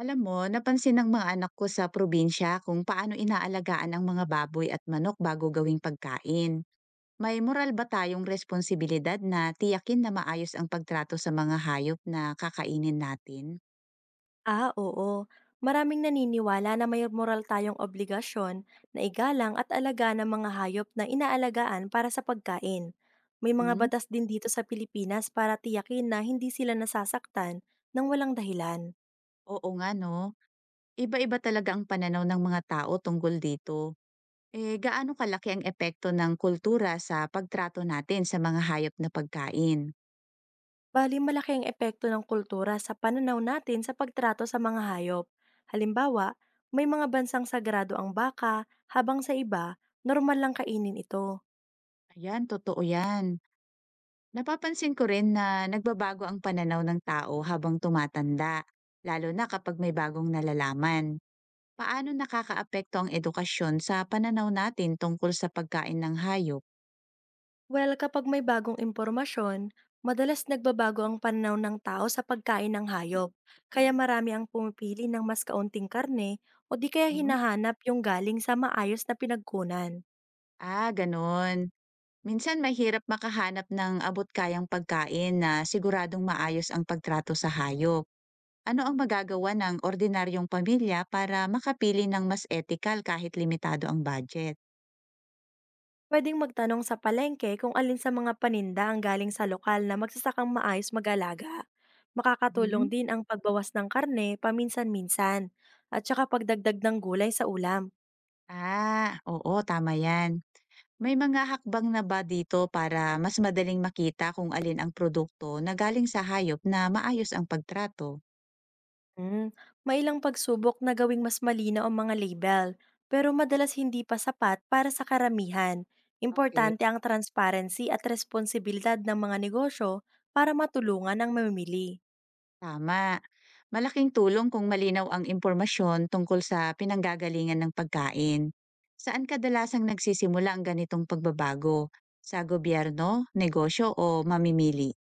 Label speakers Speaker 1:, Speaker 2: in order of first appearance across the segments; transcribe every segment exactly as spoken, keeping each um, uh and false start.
Speaker 1: Alam mo, napansin ng mga anak ko sa probinsya kung paano inaalagaan ang mga baboy at manok bago gawing pagkain. May moral ba tayong responsibilidad na tiyakin na maayos ang pagtrato sa mga hayop na kakainin natin?
Speaker 2: Ah, oo. Maraming naniniwala na may moral tayong obligasyon na igalang at alaga ng mga hayop na inaalagaan para sa pagkain. May mga
Speaker 1: Hmm?
Speaker 2: batas din dito sa Pilipinas para tiyakin na hindi sila nasasaktan ng walang dahilan.
Speaker 1: Oo nga no, iba-iba talaga ang pananaw ng mga tao tungkol dito. Eh gaano kalaki ang epekto ng kultura sa pagtrato natin sa mga hayop na pagkain?
Speaker 2: Bali malaki ang epekto ng kultura sa pananaw natin sa pagtrato sa mga hayop. Halimbawa, may mga bansang sagrado ang baka, habang sa iba, normal lang kainin ito.
Speaker 1: Ayan, totoo yan. Napapansin ko rin na nagbabago ang pananaw ng tao habang tumatanda, lalo na kapag may bagong nalalaman. Paano nakakaapekto ang edukasyon sa pananaw natin tungkol sa pagkain ng hayop?
Speaker 2: Well, kapag may bagong impormasyon, madalas nagbabago ang pananaw ng tao sa pagkain ng hayop. Kaya marami ang pumipili ng mas kaunting karne o di kaya
Speaker 1: Mhm.
Speaker 2: hinahanap yung galing sa maayos na pinagkunan.
Speaker 1: Ah, ganun. Minsan mahirap makahanap ng abot kayang pagkain na siguradong maayos ang pagtrato sa hayop. Ano ang magagawa ng ordinaryong pamilya para makapili ng mas ethical kahit limitado ang budget?
Speaker 2: Pwedeng magtanong sa palengke kung alin sa mga paninda ang galing sa lokal na magsasakang maayos mag-alaga. Makakatulong
Speaker 1: Mhm.
Speaker 2: din ang pagbawas ng karne paminsan-minsan at saka pagdagdag ng gulay sa ulam.
Speaker 1: Ah, oo, tama yan. May mga hakbang na ba dito para mas madaling makita kung alin ang produkto na galing sa hayop na maayos ang pagtrato?
Speaker 2: Mm, may ilang pagsubok na gawing mas malinaw ang mga label, pero madalas hindi pa sapat para sa karamihan.
Speaker 1: Okay.
Speaker 2: Importante ang transparency at responsibilidad ng mga negosyo para matulungan ang mamimili.
Speaker 1: Tama. Malaking tulong kung malinaw ang impormasyon tungkol sa pinanggagalingan ng pagkain. Saan kadalasang nagsisimula ang ganitong pagbabago? Sa gobyerno, negosyo o mamimili?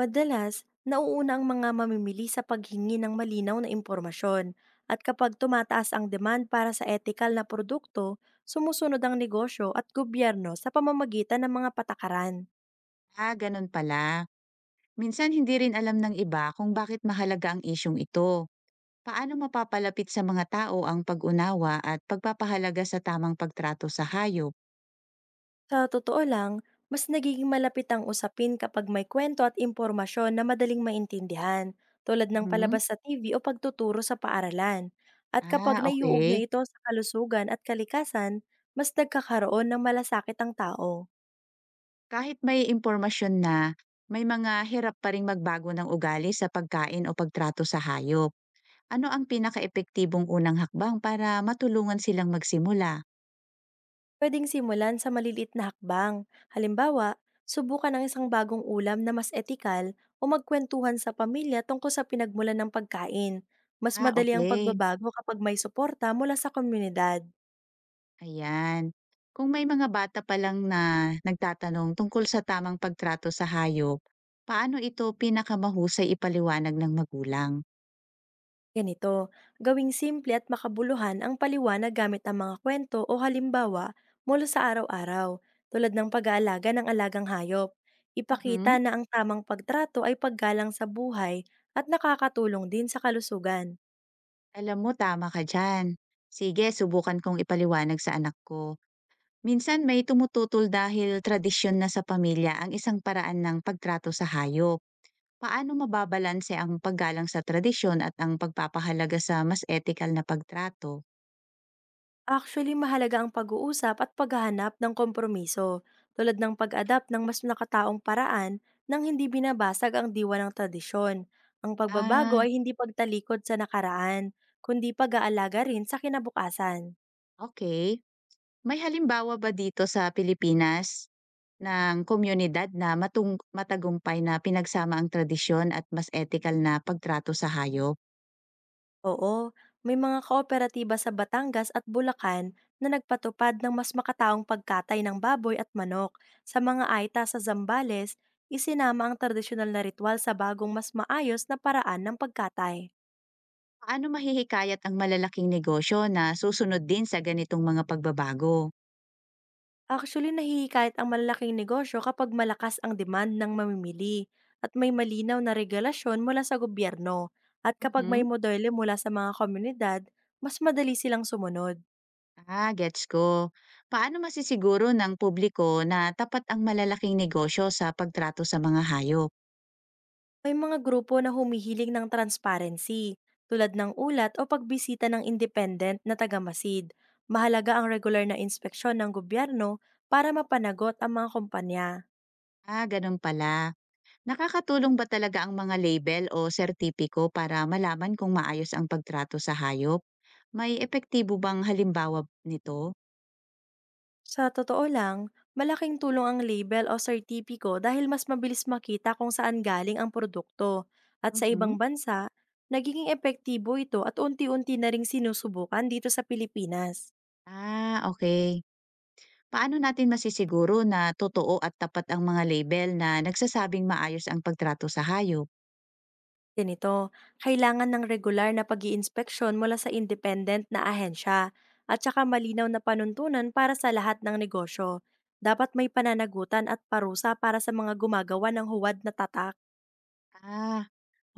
Speaker 2: Madalas, nauuna ang mga mamimili sa paghingi ng malinaw na impormasyon at kapag tumataas ang demand para sa ethical na produkto, sumusunod ang negosyo at gobyerno sa pamamagitan ng mga patakaran.
Speaker 1: Ah, ganun pala. Minsan hindi rin alam ng iba kung bakit mahalaga ang isyong ito. Paano mapapalapit sa mga tao ang pag-unawa at pagpapahalaga sa tamang pagtrato sa hayop?
Speaker 2: Sa totoo lang, mas nagiging malapit ang usapin kapag may kwento at impormasyon na madaling maintindihan, tulad ng
Speaker 1: Mhm.
Speaker 2: palabas sa T V o pagtuturo sa paaralan. At kapag
Speaker 1: Ah,
Speaker 2: naiuog na
Speaker 1: okay.
Speaker 2: ito sa kalusugan at kalikasan, mas nagkakaroon ng malasakit ang tao.
Speaker 1: Kahit may impormasyon na, may mga hirap pa ring magbago ng ugali sa pagkain o pagtrato sa hayop. Ano ang pinakaepektibong unang hakbang para matulungan silang magsimula?
Speaker 2: Pwedeng simulan sa maliliit na hakbang. Halimbawa, subukan ng isang bagong ulam na mas etikal o magkwentuhan sa pamilya tungkol sa pinagmulan ng pagkain. Mas
Speaker 1: Ah,
Speaker 2: madali ang
Speaker 1: okey.
Speaker 2: pagbabago kapag may suporta mula sa komunidad.
Speaker 1: Ayan. Kung may mga bata pa lang na nagtatanong tungkol sa tamang pagtrato sa hayop, paano ito pinakamahusay ipaliwanag ng magulang?
Speaker 2: Ganito, gawing simple at makabuluhan ang paliwanag gamit ang mga kwento o halimbawa mula sa araw-araw, tulad ng pag-aalaga ng alagang hayop.
Speaker 1: Mhm.
Speaker 2: Ipakita na ang tamang pagtrato ay paggalang sa buhay at nakakatulong din sa kalusugan.
Speaker 1: Alam mo, tama ka diyan. Sige, subukan kong ipaliwanag sa anak ko. Minsan may tumututol dahil tradisyon na sa pamilya ang isang paraan ng pagtrato sa hayop. Paano mababalanse ang paggalang sa tradisyon at ang pagpapahalaga sa mas ethical na pagtrato?
Speaker 2: Actually, mahalaga ang pag-uusap at paghahanap ng kompromiso, tulad ng pag-adapt ng mas nakataong paraan nang hindi binabasag ang diwa ng tradisyon. Ang
Speaker 1: Ah,
Speaker 2: pagbabago ay hindi pagtalikod sa nakaraan, kundi pag-aalaga rin sa kinabukasan.
Speaker 1: okay. May halimbawa ba dito sa Pilipinas ng komunidad na matung- matagumpay na pinagsama ang tradisyon at mas ethical na pagtrato sa hayop?
Speaker 2: Oo, may mga kooperatiba sa Batangas at Bulacan na nagpatupad ng mas makataong pagkatay ng baboy at manok. Sa mga aita sa Zambales, isinama ang tradisyonal na ritual sa bagong mas maayos na paraan ng pagkatay.
Speaker 1: Paano mahihikayat ang malalaking negosyo na susunod din sa ganitong mga pagbabago?
Speaker 2: Actually, nahihikayat ang malalaking negosyo kapag malakas ang demand ng mamimili at may malinaw na regulasyon mula sa gobyerno. At kapag
Speaker 1: Mhm.
Speaker 2: may modelo mula sa mga komunidad, mas madali silang sumunod.
Speaker 1: Ah, gets ko. Paano masisiguro ng publiko na tapat ang malalaking negosyo sa pagtrato sa mga hayop?
Speaker 2: May mga grupo na humihiling ng transparency, tulad ng ulat o pagbisita ng independent na tagamasid. Mahalaga ang regular na inspeksyon ng gobyerno para mapanagot ang mga kumpanya.
Speaker 1: Ah, ganun pala. Nakakatulong ba talaga ang mga label o sertipiko para malaman kung maayos ang pagtrato sa hayop? May epektibo bang halimbawa nito?
Speaker 2: Sa totoo lang, malaking tulong ang label o sertipiko dahil mas mabilis makita kung saan galing ang produkto. At sa
Speaker 1: Mhm.
Speaker 2: ibang bansa, nagiging epektibo ito at unti-unti na ring sinusubukan dito sa Pilipinas.
Speaker 1: Ah, okay. Paano natin masisiguro na totoo at tapat ang mga label na nagsasabing maayos ang pagtrato sa hayop?
Speaker 2: Ganito, kailangan ng regular na pag-iinspeksyon mula sa independent na ahensya at saka malinaw na panuntunan para sa lahat ng negosyo. Dapat may pananagutan at parusa para sa mga gumagawa ng huwad na tatak.
Speaker 1: Ah,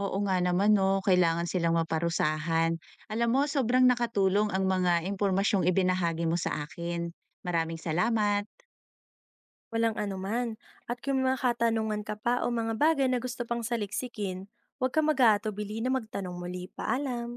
Speaker 1: oo nga naman 'no, kailangan silang maparusahan. Alam mo, sobrang nakatulong ang mga impormasyong ibinahagi mo sa akin. Maraming salamat.
Speaker 2: Walang anuman. At kung may mga katanungan ka pa o mga bagay na gusto pang saliksikin, huwag ka mag-aatubili na magtanong muli. Paalam!